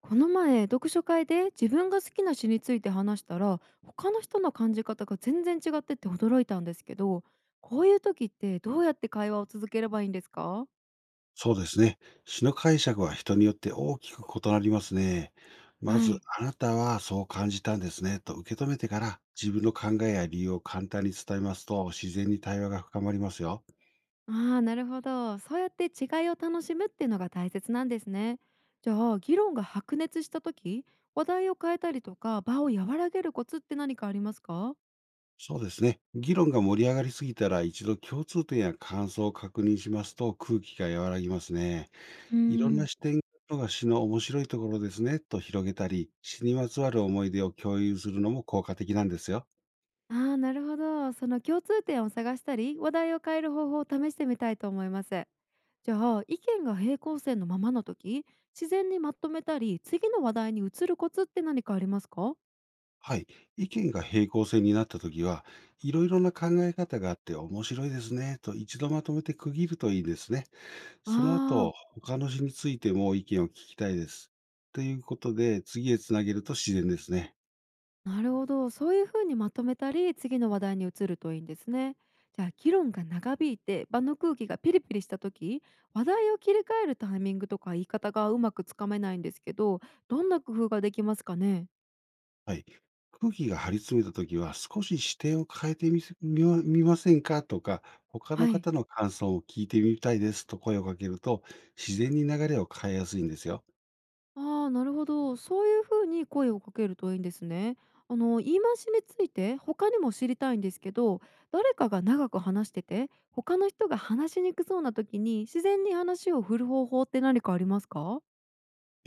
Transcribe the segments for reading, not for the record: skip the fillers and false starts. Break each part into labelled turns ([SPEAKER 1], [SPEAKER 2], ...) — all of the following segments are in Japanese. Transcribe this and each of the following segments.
[SPEAKER 1] この前読書会で自分が好きな詩について話したら、他の人の感じ方が全然違ってて驚いたんですけど、こういう時ってどうやって会話を続ければいいんですか？
[SPEAKER 2] そうですね。詩の解釈は人によって大きく異なりますね。ま
[SPEAKER 1] は
[SPEAKER 2] ず、
[SPEAKER 1] い。
[SPEAKER 2] あなたはそう感じたんですねと受け止めてから、自分の考えや理由を簡単に伝えますと、自然に対話が深まりますよ。
[SPEAKER 1] ああ、なるほど。そうやって違いを楽しむっていうのが大切なんですね。じゃあ、議論が白熱した時、話題を変えたりとか場を和らげるコツって何かありますか？
[SPEAKER 2] そうですね。議論が盛り上がりすぎたら、一度共通点や感想を確認しますと、空気が和らぎますね。
[SPEAKER 1] うー
[SPEAKER 2] いろんな
[SPEAKER 1] ん。
[SPEAKER 2] 視点が詩の面白いところですねと広げたり、詩にまつわる思い出を共有するのも効果的なんですよ。
[SPEAKER 1] ああ、なるほど。その共通点を探したり、話題を変える方法を試してみたいと思います。じゃあ、意見が平行線のままの時、自然にまとめたり、次の話題に移るコツって何かありますか？
[SPEAKER 2] はい。意見が平行線になったときは、いろいろな考え方があって面白いですね、と一度まとめて区切るといいですね。
[SPEAKER 1] あ
[SPEAKER 2] その
[SPEAKER 1] あ
[SPEAKER 2] 後、
[SPEAKER 1] ー、
[SPEAKER 2] 他の人についても意見を聞きたいです。ということで、次へつなげると自然ですね。
[SPEAKER 1] なるほど。そういうふうにまとめたり、次の話題に移るといいんですね。じゃあ、議論が長引いて、場の空気がピリピリした時、話題を切り替えるタイミングとか言い方がうまくつかめないんですけど、どんな工夫ができますかね？
[SPEAKER 2] はい。空気が張り詰めたときは、少し視点を変えてみませんかとか、他の
[SPEAKER 1] はい。
[SPEAKER 2] 方の感想を聞いてみたいですと声をかけると、自然に流れを変えやすいんですよ。
[SPEAKER 1] ああ、なるほど。そういう風に声をかけるといいんですね。言い回しについて他にも知りたいんですけど、誰かが長く話してて、他の人が話しにくそうな時に自然に話を振る方法って何かありますか？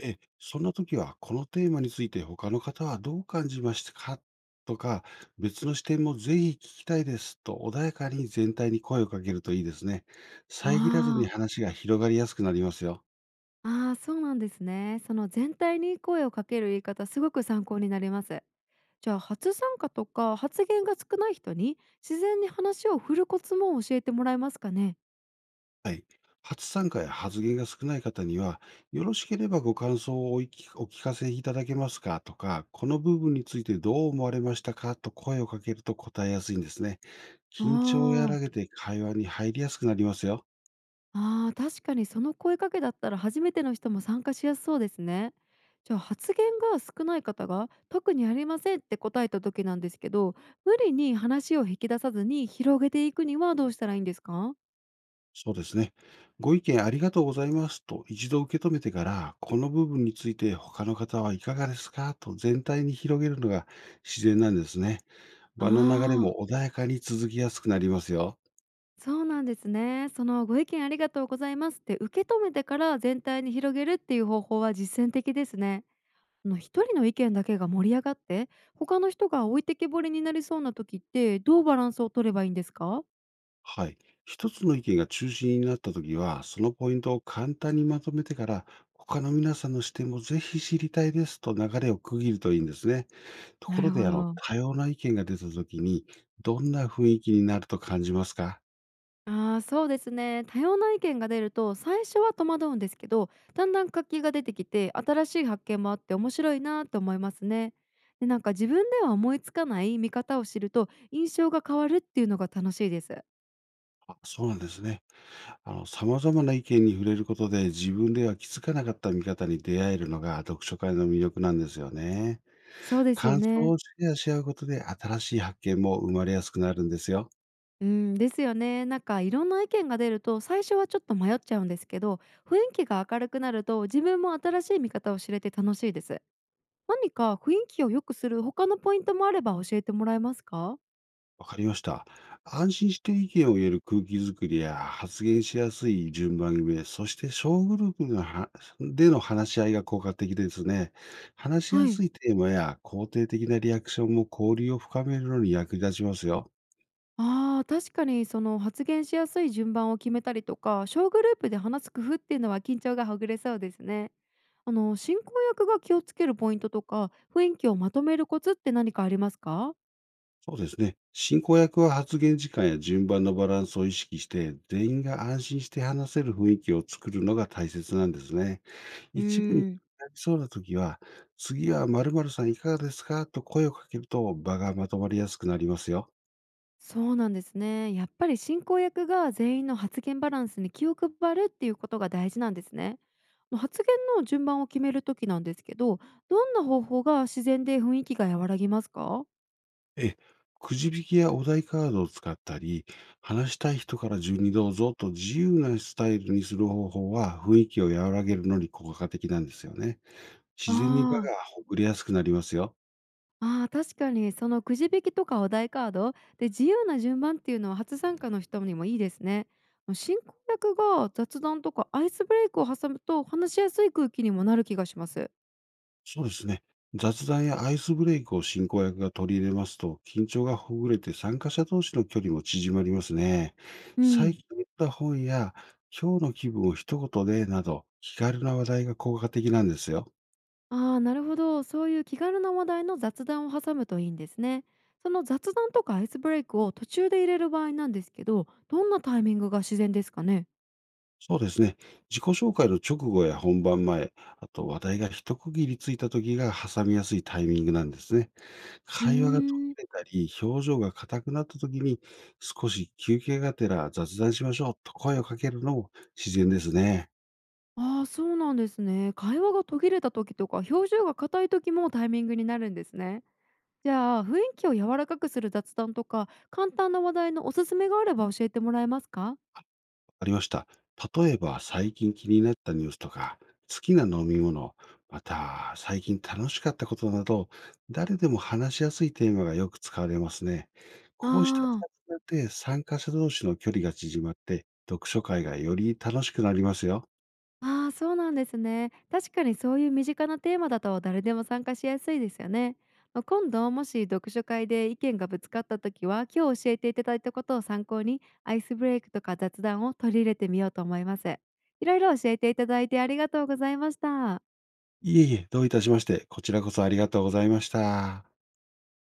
[SPEAKER 2] え、そんな時は、このテーマについて他の方はどう感じましたかとか、別の視点もぜひ聞きたいですと穏やかに全体に声をかけるといいですね。
[SPEAKER 1] あ
[SPEAKER 2] 遮らずに
[SPEAKER 1] ー。
[SPEAKER 2] 話が広がりやすくなりますよ。
[SPEAKER 1] あー、あ、そうなんですね。その全体に声をかける言い方、すごく参考になります。じゃあ、初参加とか発言が少ない人に自然に話を振るコツも教えてもらえますかね？
[SPEAKER 2] はい。初参加や発言が少ない方には、よろしければご感想をお聞かせいただけますかとか、この部分についてどう思われましたかと声をかけると答えやすいんですね。
[SPEAKER 1] あ
[SPEAKER 2] 緊張を和らげ
[SPEAKER 1] あ。
[SPEAKER 2] て会話に入りやすくなりますよ。
[SPEAKER 1] ああ、確かにその声かけだったら初めての人も参加しやすそうですね。じゃあ、発言が少ない方が特にありませんって答えた時なんですけど、無理に話を引き出さずに広げていくにはどうしたらいいんですか？
[SPEAKER 2] そうですね。ご意見ありがとうございますと一度受け止めてから、この部分について他の方はいかがですかと全体に広げるのが自然なんですね。場の流れ
[SPEAKER 1] ああ、
[SPEAKER 2] も穏やかに続きやすくなりますよ。
[SPEAKER 1] そうなんですね。そのご意見ありがとうございますって受け止めてから全体に広げるっていう方法は実践的ですね。一人の意見だけが盛り上がって他の人が置いてけぼりになりそうな時って、どうバランスを取ればいいんですか？
[SPEAKER 2] はい。一つの意見が中心になったときは、そのポイントを簡単にまとめてから、他の皆さんの視点もぜひ知りたいですと流れを区切るといいんですね。とこ
[SPEAKER 1] な
[SPEAKER 2] ろ
[SPEAKER 1] るほ
[SPEAKER 2] で、
[SPEAKER 1] ど。
[SPEAKER 2] 多様な意見が出たときに、どんな雰囲気になると感じますか？
[SPEAKER 1] ああ、そうですね。多様な意見が出ると最初は戸惑うんですけど、だんだん活気が出てきて新しい発見もあって面白いなと思いますね。で、なんか自分では思いつかない見方を知ると印象が変わるっていうのが楽しいです。
[SPEAKER 2] あ、そうなんですね。様々な意見に触れることで自分では気づかなかった見方に出会えるのが読書会の魅力なんですよね。
[SPEAKER 1] そうですよ
[SPEAKER 2] 感想
[SPEAKER 1] ね。
[SPEAKER 2] をシェアし合うことで新しい発見も生まれやすくなるんですよ。
[SPEAKER 1] うん、ですよね。なんかいろんな意見が出ると最初はちょっと迷っちゃうんですけど、雰囲気が明るくなると自分も新しい見方を知れて楽しいです。何か雰囲気を良くする他のポイントもあれば教えてもらえますか？
[SPEAKER 2] わかりました。安心して意見を言える空気づくりや発言しやすい順番決め、そして小グループでの話し合いが効果的ですね。話しや
[SPEAKER 1] は
[SPEAKER 2] す
[SPEAKER 1] い。
[SPEAKER 2] いテーマや肯定的なリアクションも交流を深めるのに役立ちますよ。
[SPEAKER 1] ああ、確かにその発言しやすい順番を決めたりとか、小グループで話す工夫っていうのは緊張がほぐれそうですね。進行役が気をつけるポイントとか、雰囲気をまとめるコツって何かありますか？
[SPEAKER 2] そうですね。進行役は発言時間や順番のバランスを意識して、全員が安心して話せる雰囲気を作るのが大切なんですね。
[SPEAKER 1] うー
[SPEAKER 2] 一部に
[SPEAKER 1] ん、
[SPEAKER 2] なりそうな時は、次は〇〇さんいかがですかと声をかけると場がまとまりやすくなりますよ。
[SPEAKER 1] そうなんですね。やっぱり進行役が全員の発言バランスに気を配るっていうことが大事なんですね。発言の順番を決めるときなんですけど、どんな方法が自然で雰囲気が和らぎますか？
[SPEAKER 2] えくじ引きやお題カードを使ったり、話したい人から順にどうぞと自由なスタイルにする方法は雰囲気を和らげるのに効果的なんですよね。自然に場が
[SPEAKER 1] ああー。
[SPEAKER 2] ほぐれやすくなりますよ。
[SPEAKER 1] ああ、確かにそのくじ引きとかお題カードで自由な順番っていうのは初参加の人にもいいですね。進行役が雑談とかアイスブレイクを挟むと話しやすい空気にもなる気がします。
[SPEAKER 2] そうですね。雑談やアイスブレイクを進行役が取り入れますと、緊張がほぐれて参加者同士の距離も縮まりますね。
[SPEAKER 1] う
[SPEAKER 2] 最
[SPEAKER 1] ん。
[SPEAKER 2] 近読んだ本や、今日の気分を一言でなど、気軽な話題が効果的なんですよ。
[SPEAKER 1] ああ、なるほど。そういう気軽な話題の雑談を挟むといいんですね。その雑談とかアイスブレイクを途中で入れる場合なんですけど、どんなタイミングが自然ですかね？
[SPEAKER 2] そうですね。自己紹介の直後や本番前、あと話題が一区切りついた時が挟みやすいタイミングなんですね。
[SPEAKER 1] うー
[SPEAKER 2] 会話が途
[SPEAKER 1] ん。
[SPEAKER 2] 切れたり、表情が硬くなった時に、少し休憩がてら雑談しましょうと声をかけるのも自然ですね。
[SPEAKER 1] ああ、そうなんですね。会話が途切れた時とか、表情が硬い時もタイミングになるんですね。じゃあ、雰囲気を柔らかくする雑談とか、簡単な話題のおすすめがあれば教えてもらえますか？
[SPEAKER 2] ありました。例えば、最近気になったニュースとか、好きな飲み物、また、最近楽しかったことなど、誰でも話しやすいテーマがよく使われますね。
[SPEAKER 1] あ
[SPEAKER 2] こうしたチ
[SPEAKER 1] あ、
[SPEAKER 2] ャットで参加者同士の距離が縮まって、読書会がより楽しくなりますよ。
[SPEAKER 1] あーあ、そうなんですね。確かにそういう身近なテーマだと誰でも参加しやすいですよね。まあ、今度もし読書会で意見がぶつかった時は、今日教えていただいたことを参考に、アイスブレイクとか雑談を取り入れてみようと思います。いろいろ教えていただいてありがとうございました。
[SPEAKER 2] いえいえ、どういたしまして、こちらこそありがとうございました。